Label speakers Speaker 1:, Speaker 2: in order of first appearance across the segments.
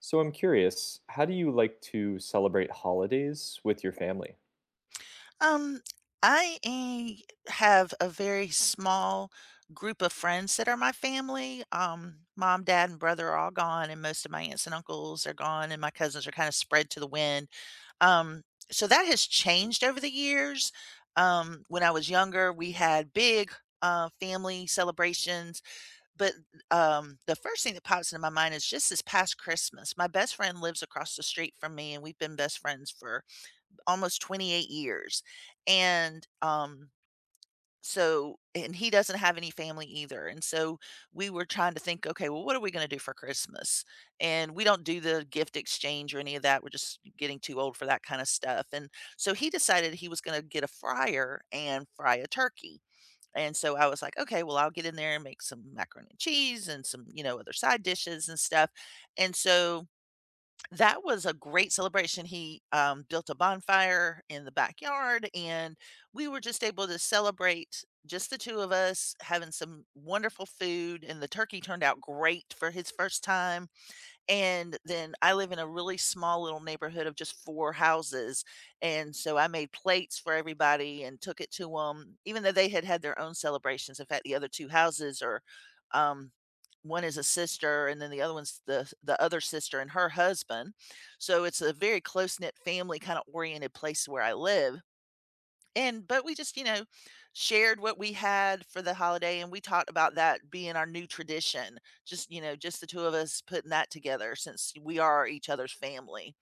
Speaker 1: So I'm curious, how do you like to celebrate holidays with your family?
Speaker 2: Um, I have a very small group of friends that are my family. Mom, dad, and brother are all gone, and most of my aunts and uncles are gone, and my cousins are kind of spread to the wind. Um, so that has changed over the years. When I was younger, we had big family celebrations, but the first thing that pops into my mind is just this past Christmas. My best friend lives across the street from me, and we've been best friends for almost 28 years. And, um, and he doesn't have any family either. And so we were trying to think, okay, well, what are we going to do for Christmas? And we don't do the gift exchange or any of that. We're just getting too old for that kind of stuff. And so he decided he was going to get a fryer and fry a turkey. And so I was like, okay, well, I'll get in there and make some macaroni and cheese and some, you know, other side dishes and stuff. And so that was a great celebration. He built a bonfire in the backyard, and we were just able to celebrate, just the 2 of us, having some wonderful food, and the turkey turned out great for his first time. And then I live in a really small little neighborhood of just 4 houses, and so I made plates for everybody and took it to them, even though they had had their own celebrations. In fact, the other 2 houses are, um, one is a sister and then the other one's the other sister and her husband. So it's a very close-knit family kinda oriented place where I live, and but we just, you know, shared what we had for the holiday, and we talked about that being our new tradition. Just, you know, just the two of us putting that together since we are each other's family.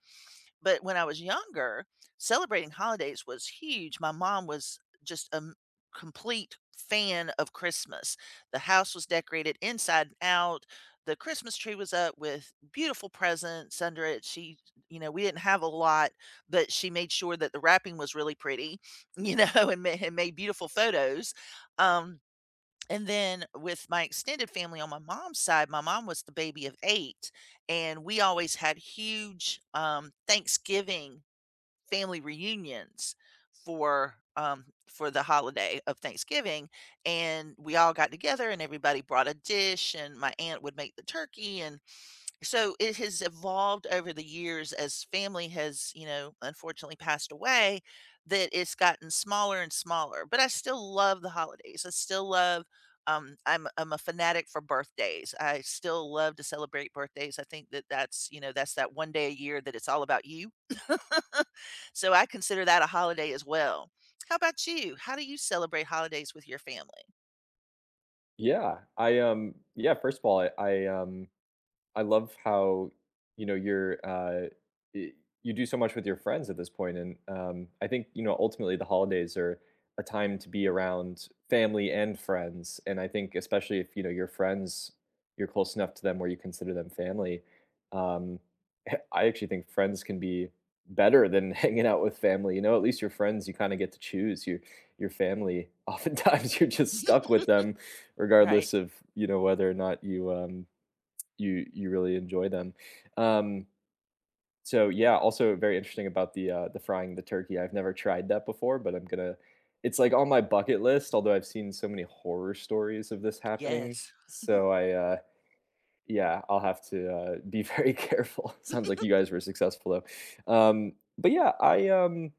Speaker 2: But when I was younger, celebrating holidays was huge. My mom was just a complete fan of Christmas. The house was decorated inside and out. The Christmas tree was up with beautiful presents under it. She, you know, we didn't have a lot, but she made sure that the wrapping was really pretty, you know, and made beautiful photos. Um, and then with my extended family on my mom's side, my mom was the baby of 8, and we always had huge, Thanksgiving family reunions for the holiday of Thanksgiving, and we all got together, and everybody brought a dish, and my aunt would make the turkey, and so it has evolved over the years as family has, you know, unfortunately passed away, that it's gotten smaller and smaller. But I still love the holidays. I still love. I'm a fanatic for birthdays. I still love to celebrate birthdays. I think that that's, you know, that's that one day a year that it's all about you. So I consider that a holiday as well. How about you? How do you celebrate holidays with your family?
Speaker 1: Yeah, first of all, I I love how, you're, y- you do so much with your friends at this point, and I think ultimately the holidays are a time to be around family and friends, and I think especially if you know your friends, you're close enough to them where you consider them family. Um, I actually think friends can be better than hanging out with family. You know, at least your friends you kind of get to choose your family. Oftentimes you're just stuck with them,
Speaker 2: Right.
Speaker 1: regardless of whether or not you really enjoy them. Um, so yeah, also very interesting about the frying the turkey. I've never tried that before, but I'm gonna. It's like on my bucket list. Although I've seen so many horror stories of this happening,
Speaker 2: Yes.
Speaker 1: so I yeah, I'll have to be very careful. Sounds like you guys were successful though. But yeah, I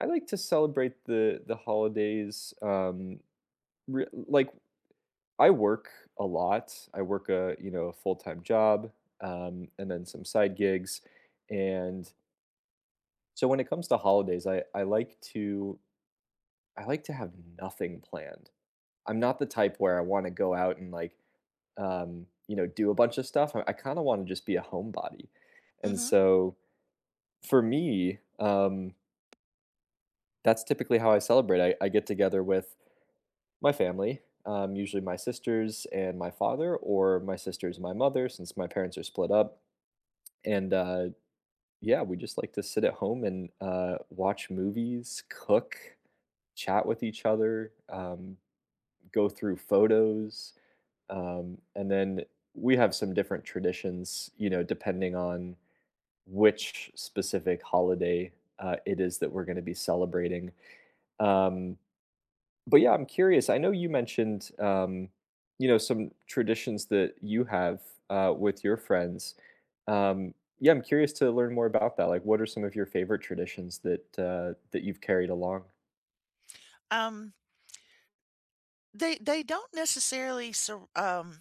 Speaker 1: I like to celebrate the holidays. Like, I work a lot. I work a a full time job, and then some side gigs. And so when it comes to holidays, I like to I like to have nothing planned. I'm not the type where I want to go out and like you know do a bunch of stuff. I kind of want to just be a homebody. And
Speaker 2: Mhm.
Speaker 1: so for me, that's typically how I celebrate. I get together with my family, usually my sisters and my father, or my sisters and my mother, since my parents are split up. And Yeah, we just like to sit at home and watch movies, cook, chat with each other, go through photos, and then we have some different traditions, you know, depending on which specific holiday it is that we're going to be celebrating. Um, but yeah, I'm curious. I know you mentioned, you know, some traditions that you have with your friends. Um, yeah, I'm curious to learn more about that. Like, what are some of your favorite traditions that that you've carried along?
Speaker 2: Um they don't necessarily sur- um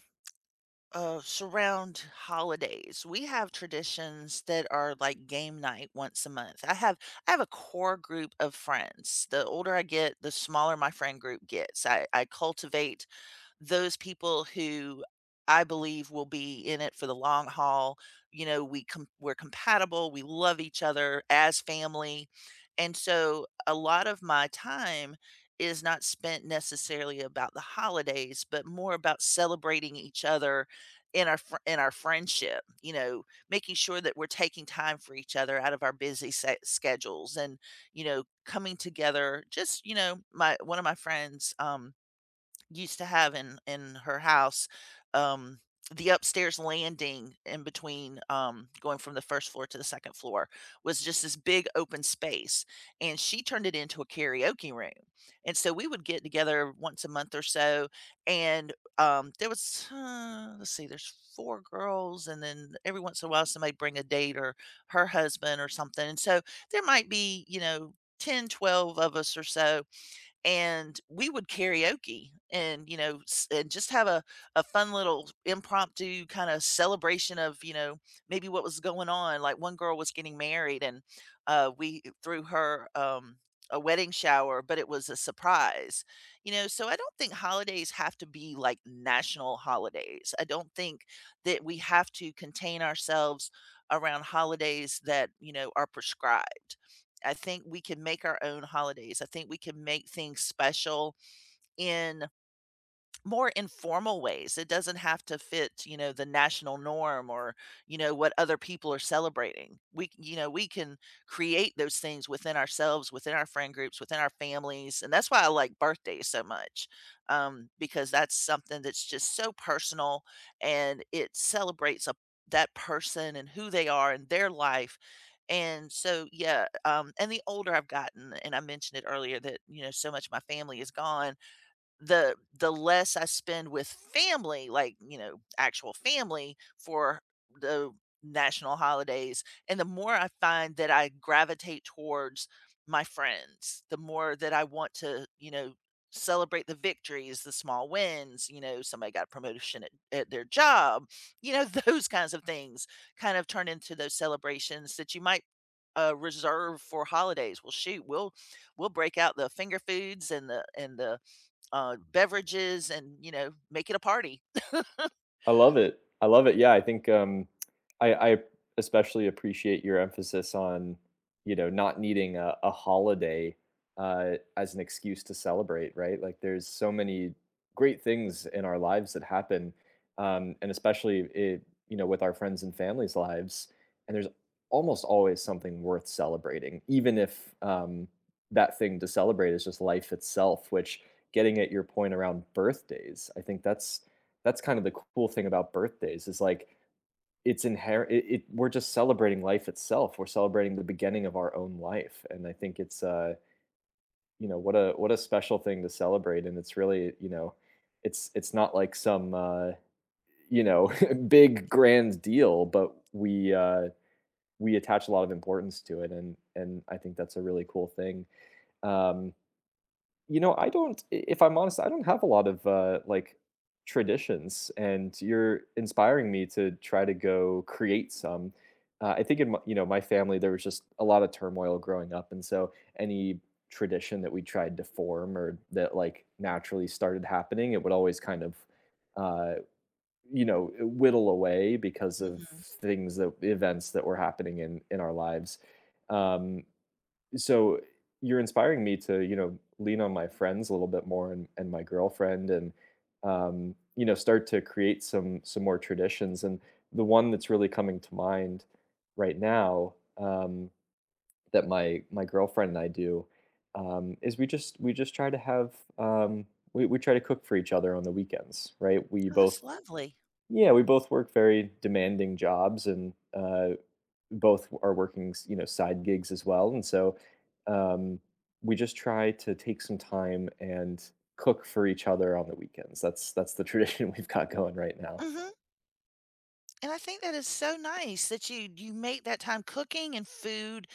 Speaker 2: uh, surround holidays. We have traditions that are like game night once a month. I have a core group of friends. The older I get, the smaller my friend group gets. I cultivate those people who I believe will be in it for the long haul. You know, we're compatible, we love each other as family. And so a lot of my time is not spent necessarily about the holidays, but more about celebrating each other in our friendship, you know, making sure that we're taking time for each other out of our busy schedules, and, you know, coming together just, you know, my one of my friends used to have in her house, um, the upstairs landing in between, going from the first floor to the second floor, was just this big open space, and she turned it into a karaoke room, and so we would get together once a month or so, and, there was, let's see, there's 4 girls, and then every once in a while, somebody bring a date or her husband or something, and so there might be, you know, 10, 12 of us or so, and we would karaoke and you know s- and just have a fun little impromptu kind of celebration of, you know, maybe what was going on. Like, one girl was getting married, and we threw her a wedding shower, but it was a surprise. You know, so I don't think holidays have to be like national holidays. I don't think that we have to contain ourselves around holidays that, you know, are prescribed. I think we can make our own holidays. I think we can make things special in more informal ways. It doesn't have to fit, you know, the national norm, or, you know, what other people are celebrating. We, you know, we can create those things within ourselves, within our friend groups, within our families. And that's why I like birthdays so much, because that's something that's just so personal, and it celebrates a, that person and who they are and their life. And so, yeah, and the older I've gotten, and I mentioned it earlier that, you know, so much of my family is gone, the less I spend with family, like, you know, actual family for the national holidays, and the more I find that I gravitate towards my friends, the more that I want to, you know, celebrate the victories, the small wins, you know, somebody got a promotion at their job, you know, those kinds of things kind of turn into those celebrations that you might reserve for holidays. Well, shoot, we'll break out the finger foods and the beverages and, you know, make it a party. Mhm.
Speaker 1: I love it. I love it. Yeah, I think I especially appreciate your emphasis on not needing a holiday as an excuse to celebrate. Right? Like, there's so many great things in our lives that happen, and especially you know with our friends and families' lives. And there's almost always something worth celebrating, even if that thing to celebrate is just life itself. Which, getting at your point around birthdays, I think that's kind of the cool thing about birthdays is like it's inherent we're just celebrating life itself. We're celebrating the beginning of our own life, and I think it's you know what a special thing to celebrate. And it's really, you know, it's it's not like some you know big grand deal, but we we attach a lot of importance to it, and I think that's a really cool thing. um You know, I don't if I'm honest, I don't have a lot of, like, traditions, and you're inspiring me to try to go create some. I think in my family, there was just a lot of turmoil growing up, and so any tradition that we tried to form or that, like, naturally started happening, it would always kind of, uh, you know, whittle away because of things that events that were happening in our lives. Um so you're inspiring me to you know lean on my friends a little bit more, and, my girlfriend, and you know start to create some more traditions. And the one that's really coming to mind right now, um, that my girlfriend and I do, is we just try to have we try to cook for each other on the weekends, right? We
Speaker 2: Oh,
Speaker 1: both,
Speaker 2: that's lovely.
Speaker 1: yeah, we both work very demanding jobs, and both are working, you know, side gigs as well, and so um, we just try to take some time and cook for each other on the weekends. That's the tradition we've got going right now.
Speaker 2: Mhm. And I think that is so nice that you make that time cooking, and food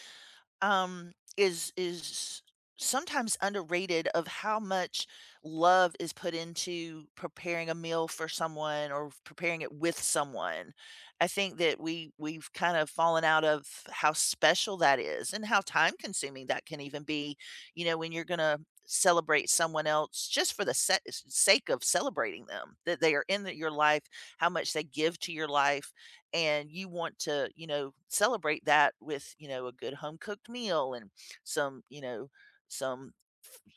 Speaker 2: is sometimes underrated of how much love is put into preparing a meal for someone or preparing it with someone. I think that we've kind of fallen out of how special that is and how time consuming that can even be, you know, when you're going to celebrate someone else just for the sake of celebrating them, that they are in the, your life, how much they give to your life, and you want to, you know, celebrate that with, you know, a good home cooked meal and some, you know, some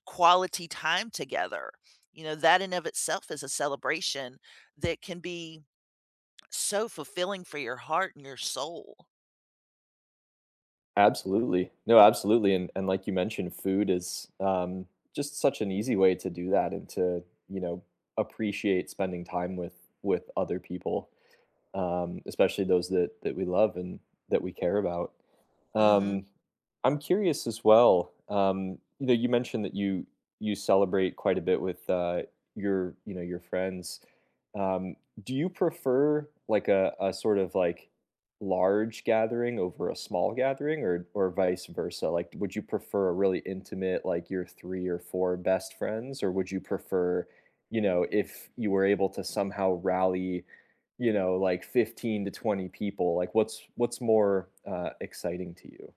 Speaker 2: quality time together. You know, that in of itself is a celebration that can be so fulfilling for your heart and your soul.
Speaker 1: Absolutely. No, absolutely. And like you mentioned, food is just such an easy way to do that and to, you know, appreciate spending time with other people, especially those that we love and that we care about.
Speaker 2: Mhm.
Speaker 1: Um, I'm curious as well. You know, you mentioned that you celebrate quite a bit with your you know your friends. Um, do you prefer like a sort of like large gathering over a small gathering, or vice versa? Like, would you prefer a really intimate like your three or four best friends, or would you prefer, you know, if you were able to somehow rally you know like 15 to 20 people? Like, what's more exciting to you?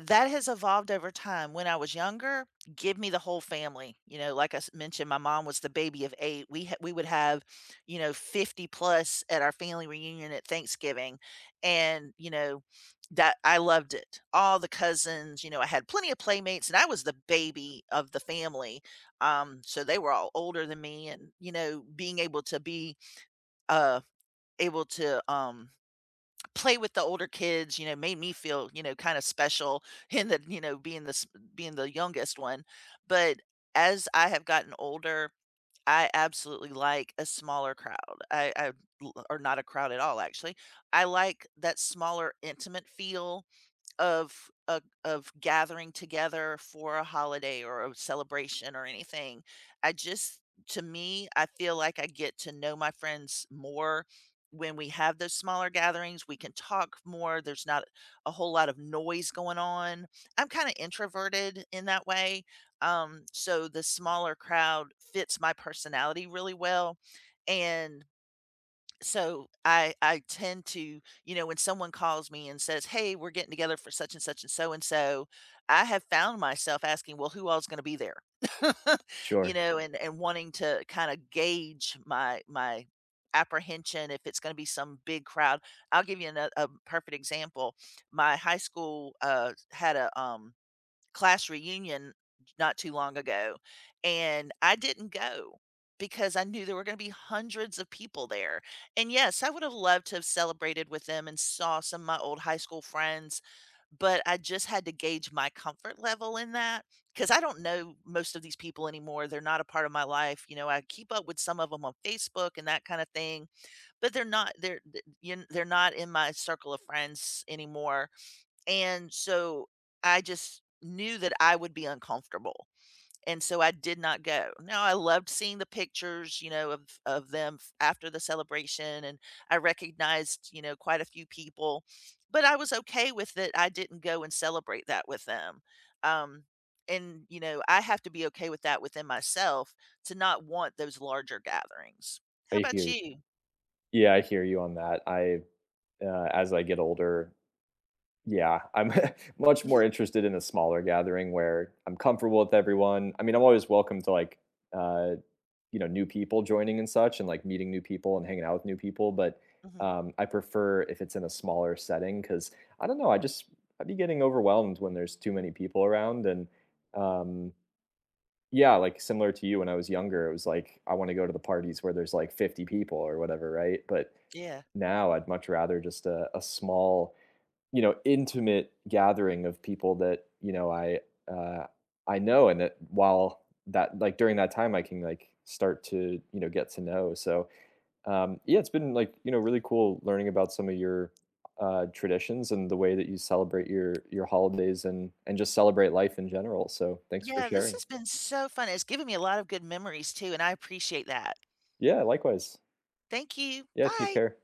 Speaker 2: That has evolved over time. When I was younger, give me the whole family. You know, like I s mentioned, my mom was the baby of 8. We would have, you know, 50 plus at our family reunion at Thanksgiving, and, you know, that I loved it. All the cousins, you know, I had plenty of playmates, and I was the baby of the family, so they were all older than me, and, you know, being able to be, uh, able to, play with the older kids, you know, made me feel, you know, kinda special in the, you know, being the youngest one. But as I have gotten older, I absolutely like a smaller crowd. I l Or not a crowd at all, actually. I like that smaller, intimate feel of a of gathering together for a holiday or a celebration or anything. I just, to me, I feel like I get to know my friends more when we have those smaller gatherings. We can talk more. There's not a whole lot of noise going on. I'm kind of introverted in that way. So the smaller crowd fits my personality really well. And so I tend to, you know, when someone calls me and says, "Hey, we're getting together for such and such and so," I have found myself asking, "Well, who all's going to be there?" You
Speaker 1: Sure.
Speaker 2: know, and wanting to kind of gauge my apprehension if it's going to be some big crowd. I'll give you a perfect example. My high school had a class reunion not too long ago, and I didn't go because I knew there were gonna be hundreds of people there, and yes, I would have loved to have celebrated with them and saw some of my old high school friends, but I just had to gauge my comfort level in that, because I don't know most of these people anymore. They're not a part of my life. You know, I keep up with some of them on Facebook and that kinda thing, but they're not they're th you kn they're not in my circle of friends anymore. And so I just knew that I would be uncomfortable. And so I did not go. Now I loved seeing the pictures, you know, of them after the celebration, and I recognized, you know, quite a few people, but I was okay with it. I didn't go and celebrate that with them. Um and you know, I have to be okay with that within myself, to not want those larger gatherings. How
Speaker 1: i
Speaker 2: about
Speaker 1: hear
Speaker 2: you?
Speaker 1: yeah I hear you on that. I As I get older, yeah, I'm much more
Speaker 2: Mhm.
Speaker 1: interested in a smaller gathering where I'm comfortable with everyone. I mean, I'm always welcome to, like, uh you know, new people joining and such, and like meeting new people and hanging out with new people. but
Speaker 2: Mhm.
Speaker 1: um I prefer if it's in a smaller setting, because I don't know, I just I'd be getting overwhelmed when there's too many people around. And um yeah, like similar to you, when I was younger, it was like I want to go to the parties where there's like 50 people or whatever, right? But
Speaker 2: Yeah.
Speaker 1: now I'd much rather just a small, you know, intimate gathering of people that, you know, I uh I know, and that while that like during that time I can like start to, you know, get to know. So, yeah, it's been like, you know, really cool learning about some of your traditions and the way that you celebrate your holidays and just celebrate life in general. So, thanks for
Speaker 2: Yeah, this
Speaker 1: sharing.
Speaker 2: has been so fun. It's given me a lot of good memories too, and I appreciate that.
Speaker 1: Yeah, likewise.
Speaker 2: Thank you.
Speaker 1: Yeah, take
Speaker 2: Bye.
Speaker 1: care.